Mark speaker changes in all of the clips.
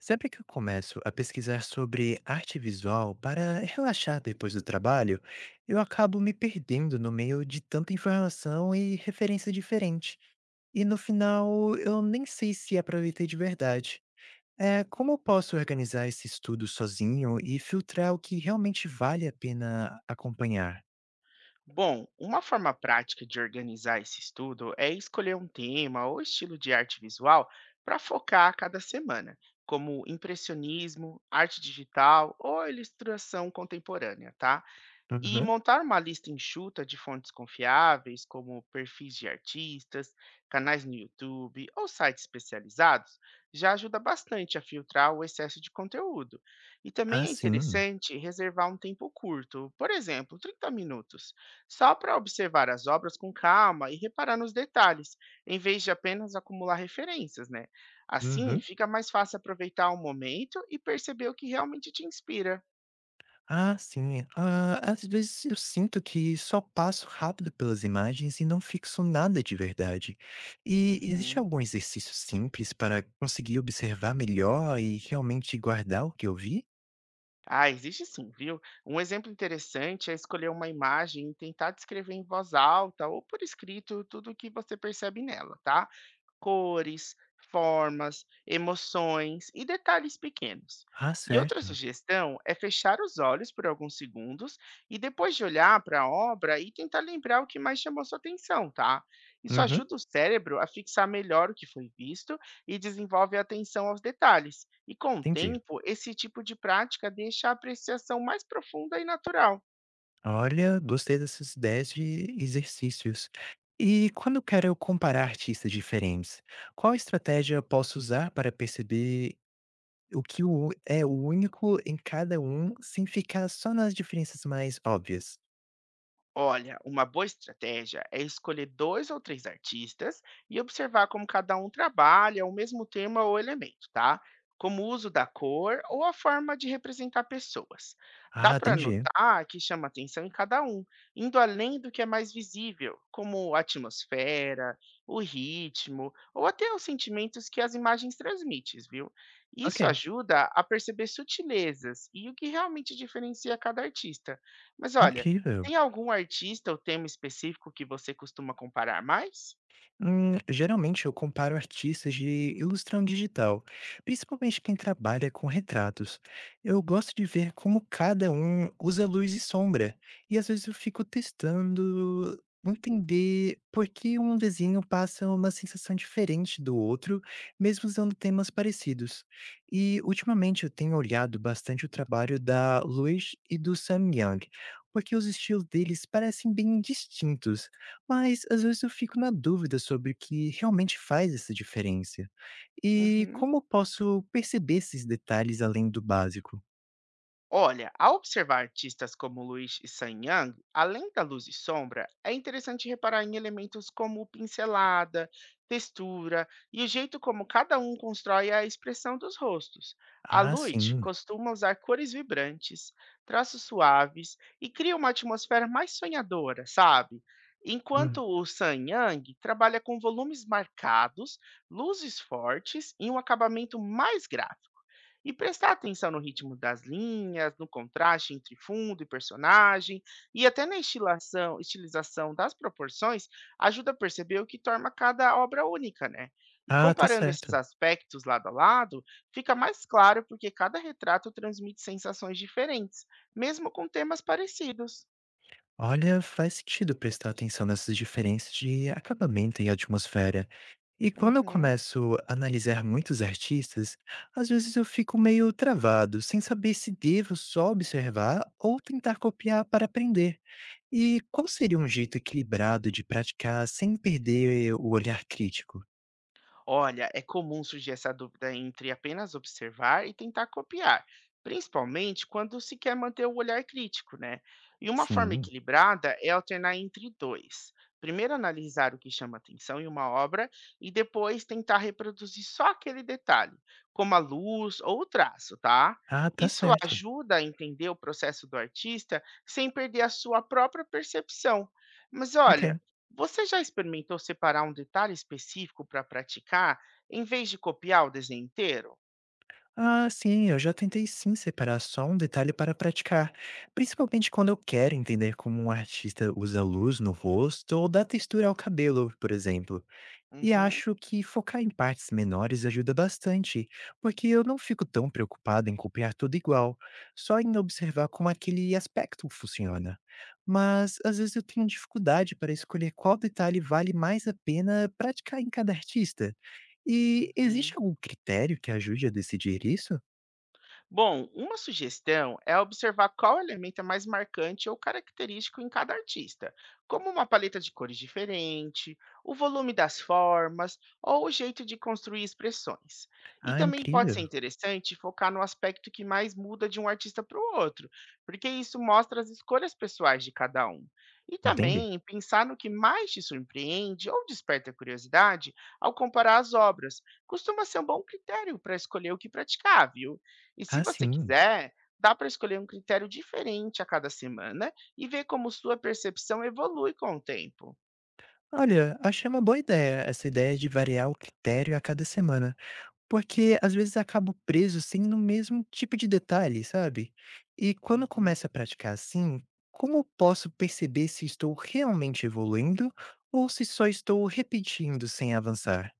Speaker 1: Sempre que eu começo a pesquisar sobre arte visual para relaxar depois do trabalho, eu acabo me perdendo no meio de tanta informação e referência diferente. E no final, eu nem sei se aproveitei de verdade. É, como eu posso organizar esse estudo sozinho e filtrar o que realmente vale a pena acompanhar?
Speaker 2: Bom, uma forma prática de organizar esse estudo é escolher um tema ou estilo de arte visual para focar cada semana, como impressionismo, arte digital ou ilustração contemporânea, tá? E
Speaker 1: Uhum.
Speaker 2: montar uma lista enxuta de fontes confiáveis, como perfis de artistas, canais no YouTube ou sites especializados, já ajuda bastante a filtrar o excesso de conteúdo. E também
Speaker 1: Ah,
Speaker 2: é
Speaker 1: sim.
Speaker 2: interessante reservar um tempo curto, por exemplo, 30 minutos, só para observar as obras com calma e reparar nos detalhes, em vez de apenas acumular referências, né? Assim,
Speaker 1: Uhum.
Speaker 2: fica mais fácil aproveitar o momento e perceber o que realmente te inspira.
Speaker 1: Ah, sim. Ah, às vezes eu sinto que só passo rápido pelas imagens e não fixo nada de verdade. E existe
Speaker 2: Uhum.
Speaker 1: algum exercício simples para conseguir observar melhor e realmente guardar o que eu vi?
Speaker 2: Ah, existe sim, viu? Um exemplo interessante é escolher uma imagem e tentar descrever em voz alta ou por escrito tudo o que você percebe nela, tá? Cores, formas, emoções e detalhes pequenos.
Speaker 1: Ah,
Speaker 2: E outra
Speaker 1: certo.
Speaker 2: sugestão é fechar os olhos por alguns segundos e depois de olhar para a obra e tentar lembrar o que mais chamou sua atenção, tá? Isso
Speaker 1: Uhum,
Speaker 2: ajuda o cérebro a fixar melhor o que foi visto e desenvolve a atenção aos detalhes. E com o
Speaker 1: entendi.
Speaker 2: tempo, esse tipo de prática deixa a apreciação mais profunda e natural.
Speaker 1: Olha, gostei dessas ideias de exercícios. E quando eu quero comparar artistas diferentes, qual estratégia eu posso usar para perceber o que o é o único em cada um, sem ficar só nas diferenças mais óbvias.
Speaker 2: Olha, uma boa estratégia é escolher dois ou três artistas e observar como cada um trabalha o mesmo tema ou elemento, tá? Como o uso da cor ou a forma de representar pessoas. Dá
Speaker 1: Ah,
Speaker 2: para
Speaker 1: entendi.
Speaker 2: notar que chama atenção em cada um, indo além do que é mais visível, como a atmosfera, o ritmo ou até os sentimentos que as imagens transmitem, viu?
Speaker 1: Ok,
Speaker 2: Isso ajuda a perceber sutilezas e o que realmente diferencia cada artista. Mas olha,
Speaker 1: incrível.
Speaker 2: tem algum artista ou tema específico que você costuma comparar mais?
Speaker 1: Geralmente eu comparo artistas de ilustração digital, principalmente quem trabalha com retratos. Eu gosto de ver como cada um usa luz e sombra, e às vezes eu fico testando entender por que um desenho passa uma sensação diferente do outro, mesmo usando temas parecidos. E ultimamente eu tenho olhado bastante o trabalho da Luiz e do Sam Young, porque os estilos deles parecem bem distintos. Mas às vezes eu fico na dúvida sobre o que realmente faz essa diferença. E
Speaker 2: Uhum.
Speaker 1: como eu posso perceber esses detalhes além do básico?
Speaker 2: Olha, ao observar artistas como Luiz e Sun Yang, além da luz e sombra, é interessante reparar em elementos como pincelada, textura e o jeito como cada um constrói a expressão dos rostos. A
Speaker 1: Ah,
Speaker 2: Luiz
Speaker 1: sim.
Speaker 2: costuma usar cores vibrantes, traços suaves e cria uma atmosfera mais sonhadora, sabe?
Speaker 1: Hum.
Speaker 2: Enquanto o Sun Yang trabalha com volumes marcados, luzes fortes e um acabamento mais grave. E prestar atenção no ritmo das linhas, no contraste entre fundo e personagem, e até na estilização das proporções, ajuda a perceber o que torna cada obra única, né? E
Speaker 1: Ah, tá
Speaker 2: comparando esses
Speaker 1: certo.
Speaker 2: aspectos lado a lado, fica mais claro porque cada retrato transmite sensações diferentes, mesmo com temas parecidos.
Speaker 1: Olha, faz sentido prestar atenção nessas diferenças de acabamento e atmosfera. E quando eu
Speaker 2: Uhum.
Speaker 1: começo a analisar muitos artistas, às vezes eu fico meio travado, sem saber se devo só observar ou tentar copiar para aprender. E qual seria um jeito equilibrado de praticar sem perder o olhar crítico?
Speaker 2: Olha, é comum surgir essa dúvida entre apenas observar e tentar copiar, principalmente quando se quer manter o olhar crítico, né? E uma forma
Speaker 1: Sim.
Speaker 2: equilibrada é alternar entre dois. Primeiro analisar o que chama atenção em uma obra e depois tentar reproduzir só aquele detalhe, como a luz ou o traço, tá?
Speaker 1: Ah, tá
Speaker 2: Isso
Speaker 1: certo.
Speaker 2: ajuda a entender o processo do artista sem perder a sua própria percepção. Mas olha,
Speaker 1: Ok.
Speaker 2: você já experimentou separar um detalhe específico para praticar, em vez de copiar o desenho inteiro?
Speaker 1: Ah, sim, eu já tentei sim separar só um detalhe para praticar, principalmente quando eu quero entender como um artista usa luz no rosto ou dá textura ao cabelo, por exemplo. E
Speaker 2: Uhum,
Speaker 1: acho que focar em partes menores ajuda bastante, porque eu não fico tão preocupado em copiar tudo igual, só em observar como aquele aspecto funciona. Mas às vezes eu tenho dificuldade para escolher qual detalhe vale mais a pena praticar em cada artista. E existe
Speaker 2: uhum.
Speaker 1: algum critério que ajude a decidir isso?
Speaker 2: Bom, uma sugestão é observar qual elemento é mais marcante ou característico em cada artista, como uma paleta de cores diferente, o volume das formas ou o jeito de construir expressões. E
Speaker 1: Ah,
Speaker 2: também pode ser
Speaker 1: incrível.
Speaker 2: interessante focar no aspecto que mais muda de um artista para o outro, porque isso mostra as escolhas pessoais de cada um. E
Speaker 1: Entende?
Speaker 2: também pensar no que mais te surpreende ou desperta curiosidade ao comparar as obras. Costuma ser um bom critério para escolher o que praticar, viu? E se
Speaker 1: Ah,
Speaker 2: você
Speaker 1: sim.
Speaker 2: quiser, dá para escolher um critério diferente a cada semana e ver como sua percepção evolui com o tempo.
Speaker 1: Olha, achei uma boa ideia essa ideia de variar o critério a cada semana. Porque às vezes acabo preso sem no mesmo tipo de detalhe, sabe? E quando
Speaker 2: Uhum.
Speaker 1: começo a praticar assim, como posso perceber se estou realmente evoluindo ou se só estou repetindo sem avançar?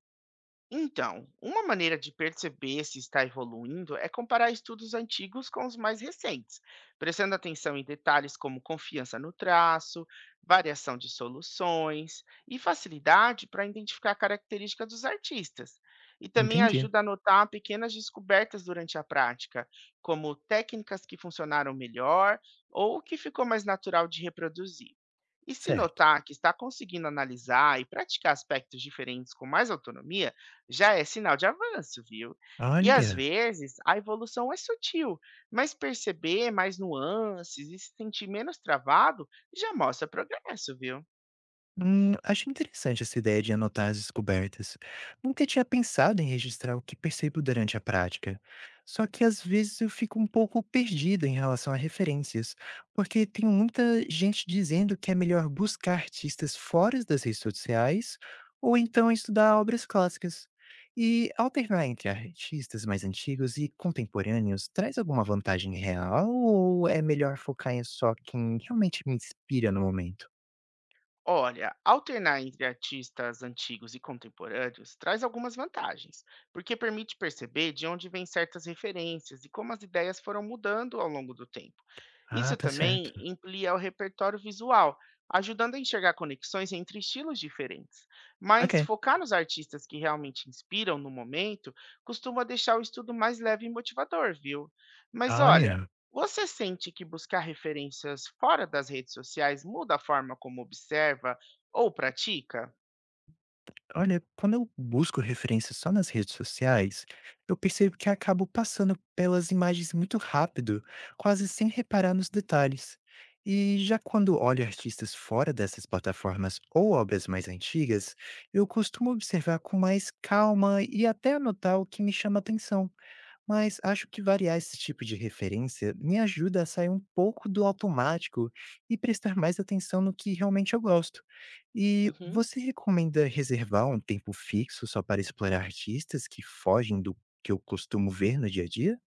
Speaker 2: Então, uma maneira de perceber se está evoluindo é comparar estudos antigos com os mais recentes, prestando atenção em detalhes como confiança no traço, variação de soluções e facilidade para identificar a característica dos artistas. E também
Speaker 1: Entendi,
Speaker 2: ajuda a notar pequenas descobertas durante a prática, como técnicas que funcionaram melhor ou o que ficou mais natural de reproduzir. E se
Speaker 1: certo.
Speaker 2: notar que está conseguindo analisar e praticar aspectos diferentes com mais autonomia, já é sinal de avanço, viu? E às
Speaker 1: Olha.
Speaker 2: vezes a evolução é sutil, mas perceber mais nuances e se sentir menos travado já mostra progresso, viu?
Speaker 1: Acho interessante essa ideia de anotar as descobertas. Nunca tinha pensado em registrar o que percebo durante a prática. Só que às vezes eu fico um pouco perdido em relação a referências, porque tem muita gente dizendo que é melhor buscar artistas fora das redes sociais ou então estudar obras clássicas. E alternar entre artistas mais antigos e contemporâneos traz alguma vantagem real ou é melhor focar em só quem realmente me inspira no momento?
Speaker 2: Olha, alternar entre artistas antigos e contemporâneos traz algumas vantagens, porque permite perceber de onde vêm certas referências e como as ideias foram mudando ao longo do tempo.
Speaker 1: Ah,
Speaker 2: Isso
Speaker 1: tá
Speaker 2: também
Speaker 1: certo.
Speaker 2: amplia o repertório visual, ajudando a enxergar conexões entre estilos diferentes.
Speaker 1: Ok.
Speaker 2: Mas focar nos artistas que realmente inspiram no momento costuma deixar o estudo mais leve e motivador, viu? Mas olha,
Speaker 1: Olha,
Speaker 2: você sente que buscar referências fora das redes sociais muda a forma como observa ou pratica?
Speaker 1: olha, quando eu busco referências só nas redes sociais, eu percebo que acabo passando pelas imagens muito rápido, quase sem reparar nos detalhes. E já quando olho artistas fora dessas plataformas ou obras mais antigas, eu costumo observar com mais calma e até anotar o que me chama atenção. Mas acho que variar esse tipo de referência me ajuda a sair um pouco do automático e prestar mais atenção no que realmente eu gosto. E
Speaker 2: Uhum.
Speaker 1: você recomenda reservar um tempo fixo só para explorar artistas que fogem do que eu costumo ver no dia a dia?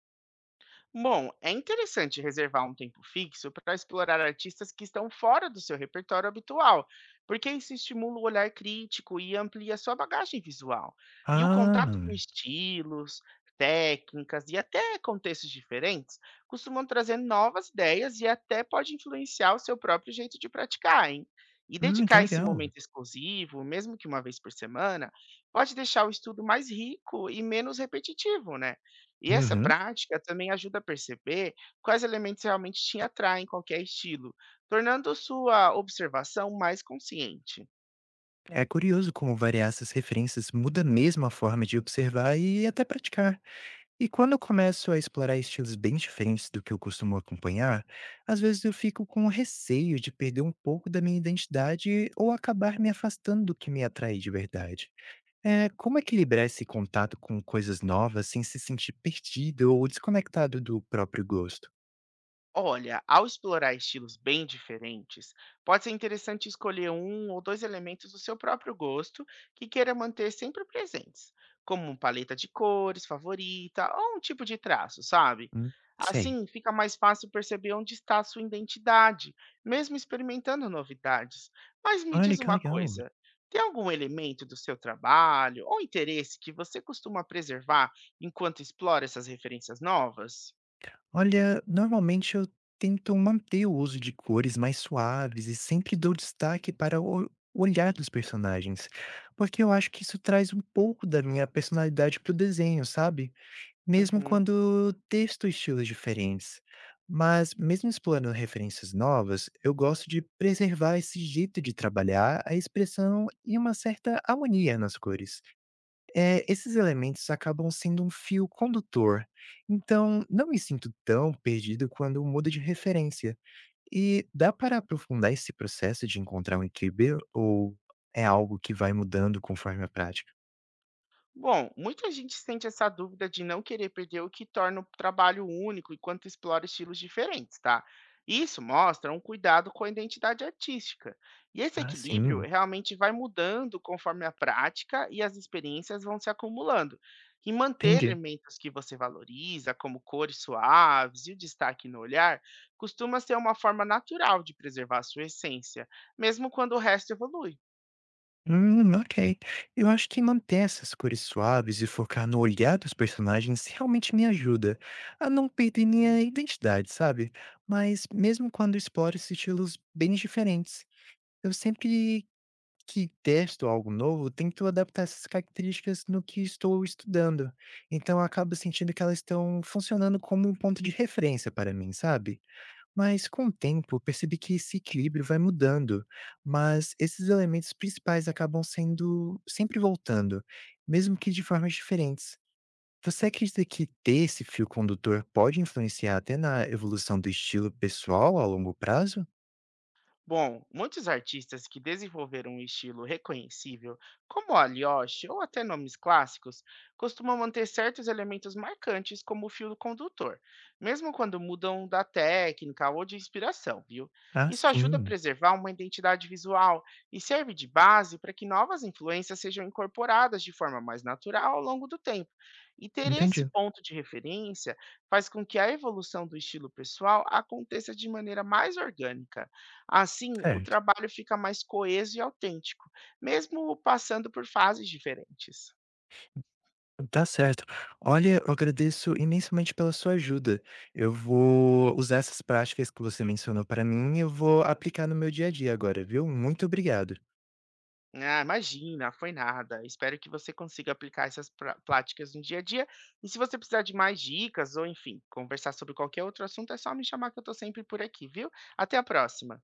Speaker 2: Bom, é interessante reservar um tempo fixo para explorar artistas que estão fora do seu repertório habitual, porque isso estimula o olhar crítico e amplia sua bagagem visual. E o
Speaker 1: Ah,
Speaker 2: contato com estilos, técnicas e até contextos diferentes costumam trazer novas ideias e até pode influenciar o seu próprio jeito de praticar, hein? E
Speaker 1: que
Speaker 2: dedicar esse
Speaker 1: legal.
Speaker 2: momento exclusivo, mesmo que uma vez por semana, pode deixar o estudo mais rico e menos repetitivo, né? E essa
Speaker 1: Uhum.
Speaker 2: prática também ajuda a perceber quais elementos realmente te atraem em qualquer estilo, tornando sua observação mais consciente.
Speaker 1: É curioso como variar essas referências muda mesmo a forma de observar e até praticar. E quando eu começo a explorar estilos bem diferentes do que eu costumo acompanhar, às vezes eu fico com receio de perder um pouco da minha identidade ou acabar me afastando do que me atrai de verdade. É, como equilibrar esse contato com coisas novas sem se sentir perdido ou desconectado do próprio gosto?
Speaker 2: Olha, ao explorar estilos bem diferentes, pode ser interessante escolher um ou dois elementos do seu próprio gosto que queira manter sempre presentes, como uma paleta de cores favorita ou um tipo de traço, sabe?
Speaker 1: Hum, sei.
Speaker 2: Assim, fica mais fácil perceber onde está a sua identidade, mesmo experimentando novidades. Mas me
Speaker 1: Olha
Speaker 2: diz
Speaker 1: que
Speaker 2: uma
Speaker 1: legal.
Speaker 2: coisa, tem algum elemento do seu trabalho ou interesse que você costuma preservar enquanto explora essas referências novas?
Speaker 1: Olha, normalmente eu tento manter o uso de cores mais suaves e sempre dou destaque para o olhar dos personagens, porque eu acho que isso traz um pouco da minha personalidade para o desenho, sabe? Mesmo
Speaker 2: Uhum.
Speaker 1: quando texto estilos diferentes. Mas, mesmo explorando referências novas, eu gosto de preservar esse jeito de trabalhar, a expressão e uma certa harmonia nas cores. Esses elementos acabam sendo um fio condutor, então não me sinto tão perdido quando mudo de referência. E dá para aprofundar esse processo de encontrar um equilíbrio ou é algo que vai mudando conforme a prática?
Speaker 2: Bom, muita gente sente essa dúvida de não querer perder o que torna o trabalho único enquanto explora estilos diferentes, tá? Isso mostra um cuidado com a identidade artística. E esse
Speaker 1: Ah,
Speaker 2: equilíbrio
Speaker 1: sim,
Speaker 2: realmente vai mudando conforme a prática e as experiências vão se acumulando. E manter
Speaker 1: entendi.
Speaker 2: elementos que você valoriza, como cores suaves e o destaque no olhar, costuma ser uma forma natural de preservar a sua essência, mesmo quando o resto evolui.
Speaker 1: Ok. Eu acho que manter essas cores suaves e focar no olhar dos personagens realmente me ajuda a não perder minha identidade, sabe? Mas mesmo quando exploro esses estilos bem diferentes, eu sempre que testo algo novo, tento adaptar essas características no que estou estudando. Então eu acabo sentindo que elas estão funcionando como um ponto de referência para mim, sabe? Mas com o tempo eu percebi que esse equilíbrio vai mudando, mas esses elementos principais acabam sendo sempre voltando, mesmo que de formas diferentes. Você acredita que ter esse fio condutor pode influenciar até na evolução do estilo pessoal a longo prazo?
Speaker 2: Bom, muitos artistas que desenvolveram um estilo reconhecível, como o Alioshe ou até nomes clássicos, costumam manter certos elementos marcantes como o fio condutor, mesmo quando mudam da técnica ou de inspiração, viu?
Speaker 1: Ah,
Speaker 2: Isso ajuda a
Speaker 1: sim.
Speaker 2: preservar uma identidade visual e serve de base para que novas influências sejam incorporadas de forma mais natural ao longo do tempo. E ter esse
Speaker 1: Entendi.
Speaker 2: ponto de referência faz com que a evolução do estilo pessoal aconteça de maneira mais orgânica. Assim, o
Speaker 1: Certo.
Speaker 2: trabalho fica mais coeso e autêntico, mesmo passando por fases diferentes.
Speaker 1: Tá certo. Olha, eu agradeço imensamente pela sua ajuda. Eu vou usar essas práticas que você mencionou para mim e eu vou aplicar no meu dia a dia agora, viu? Muito obrigado.
Speaker 2: Ah, imagina, foi nada. Espero que você consiga aplicar essas práticas no dia a dia. E se você precisar de mais dicas ou, enfim, conversar sobre qualquer outro assunto, é só me chamar que eu estou sempre por aqui, viu? Até a próxima.